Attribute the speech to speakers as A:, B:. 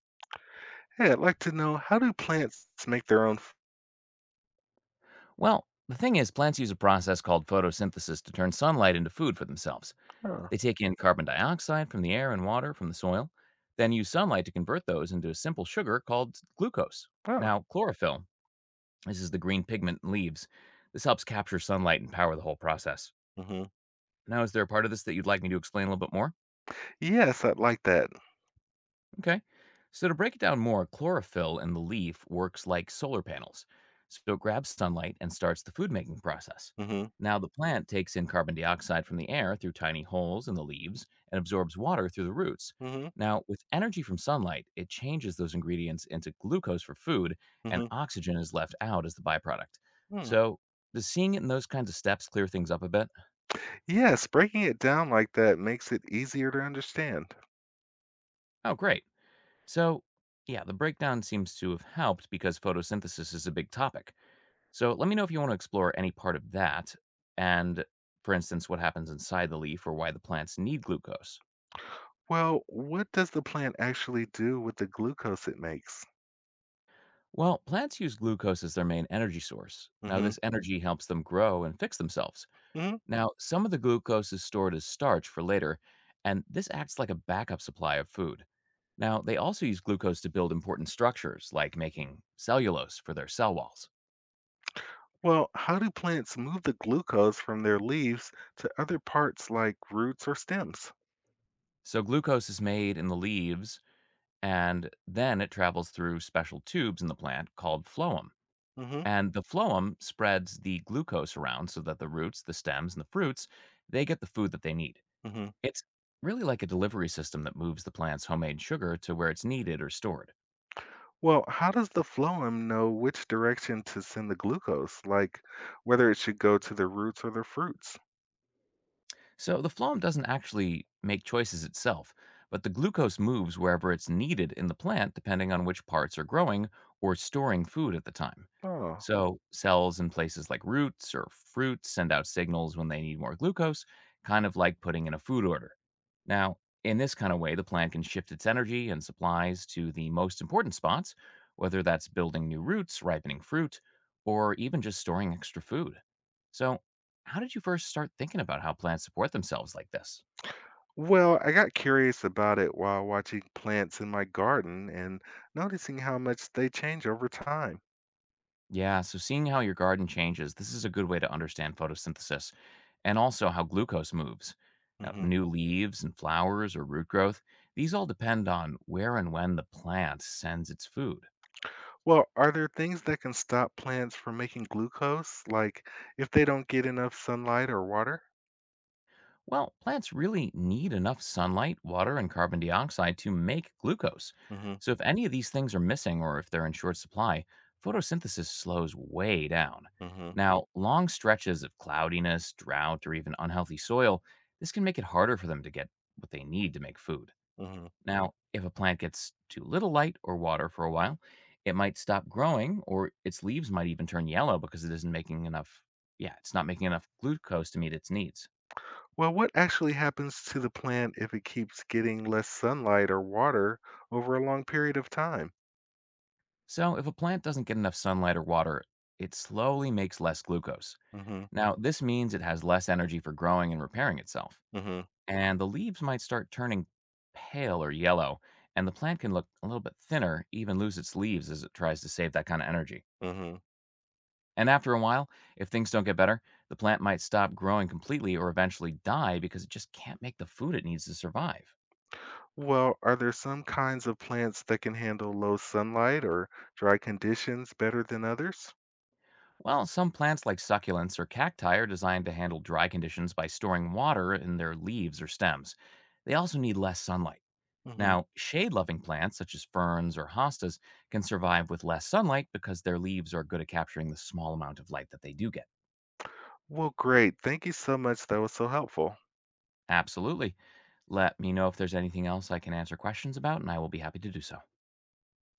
A: Hey, I'd like to know, how do plants make their own? F-
B: Well, the thing is, plants use a process called photosynthesis to turn sunlight into food for themselves.
A: Oh,
B: They take in carbon dioxide from the air and water from the soil, then use sunlight to convert those into a simple sugar called glucose.
A: wow.
B: Now, chlorophyll, this is the green pigment in leaves, this helps capture sunlight and power the whole process.
A: hmm
B: Now, is there a part of this that you'd like me to explain a little bit more?
A: Yes, I'd like that.
B: Okay. So to break it down more, chlorophyll in the leaf works like solar panels. So it grabs sunlight and starts the food making process.
A: hmm
B: Now the plant takes in carbon dioxide from the air through tiny holes in the leaves and absorbs water through the roots.
A: hmm
B: Now, with energy from sunlight, it changes those ingredients into glucose for food, and
A: hmm
B: oxygen is left out as the byproduct.
A: Hmm.
B: So, does seeing it in those kinds of steps clear things up a bit?
A: Yes, breaking it down like that makes it easier to understand.
B: Oh, great. So, yeah, the breakdown seems to have helped because photosynthesis is a big topic. So let me know if you want to explore any part of that, and for instance, what happens inside the leaf or why the plants need glucose.
A: Well, what does the plant actually do with the glucose it makes?
B: Well, plants use glucose as their main energy source. Now,
A: hmm
B: this energy helps them grow and fix themselves.
A: hmm
B: Now, some of the glucose is stored as starch for later, and this acts like a backup supply of food. Now, they also use glucose to build important structures, like making cellulose for their cell walls.
A: Well, how do plants move the glucose from their leaves to other parts like roots or stems?
B: So, glucose is made in the leaves, and then it travels through special tubes in the plant called phloem.
A: hmm
B: And the phloem spreads the glucose around so that the roots, the stems, and the fruits, they get the food that they need.
A: hmm
B: It's really like a delivery system that moves the plant's homemade sugar to where it's needed or stored.
A: Well, how does the phloem know which direction to send the glucose, like whether it should go to the roots or the fruits?
B: So the phloem doesn't actually make choices itself, but the glucose moves wherever it's needed in the plant depending on which parts are growing or storing food at the time.
A: Oh.
B: So cells in places like roots or fruits send out signals when they need more glucose, kind of like putting in a food order. Now, in this kind of way, the plant can shift its energy and supplies to the most important spots, whether that's building new roots, ripening fruit, or even just storing extra food. So, how did you first start thinking about how plants support themselves like this?
A: Well, I got curious about it while watching plants in my garden and noticing how much they change over time.
B: Yeah, so seeing how your garden changes, this is a good way to understand photosynthesis and also how glucose moves. Now,
A: hmm
B: new leaves and flowers or root growth, these all depend on where and when the plant sends its food.
A: Well, are there things that can stop plants from making glucose, like if they don't get enough sunlight or water?
B: Well, plants really need enough sunlight, water, and carbon dioxide to make glucose.
A: hmm
B: So, if any of these things are missing or if they're in short supply, photosynthesis slows way down. Right.
A: hmm
B: Now, long stretches of cloudiness, drought, or even unhealthy soil, this can make it harder for them to get what they need to make food.
A: hmm
B: Now, if a plant gets too little light or water for a while, it might stop growing or its leaves might even turn yellow because it isn't making enough, yeah, it's not making enough glucose to meet its needs.
A: Well, what actually happens to the plant if it keeps getting less sunlight or water over a long period of time?
B: So, if a plant doesn't get enough sunlight or water, it slowly makes less glucose.
A: Mhm.
B: Now, this means it has less energy for growing and repairing itself.
A: Mhm.
B: And the leaves might start turning pale or yellow, and the plant can look a little bit thinner, even lose its leaves as it tries to save that kind of energy.
A: Mhm.
B: And after a while, if things don't get better, the plant might stop growing completely or eventually die because it just can't make the food it needs to survive.
A: Well, are there some kinds of plants that can handle low sunlight or dry conditions better than others?
B: Well, some plants like succulents or cacti are designed to handle dry conditions by storing water in their leaves or stems. They also need less sunlight.
A: Mhm.
B: Now, shade loving plants such as ferns or hostas can survive with less sunlight because their leaves are good at capturing the small amount of light that they do get.
A: Well, great. Thank you so much. That was so helpful.
B: Absolutely. Let me know if there's anything else I can answer questions about, and I will be happy to do so.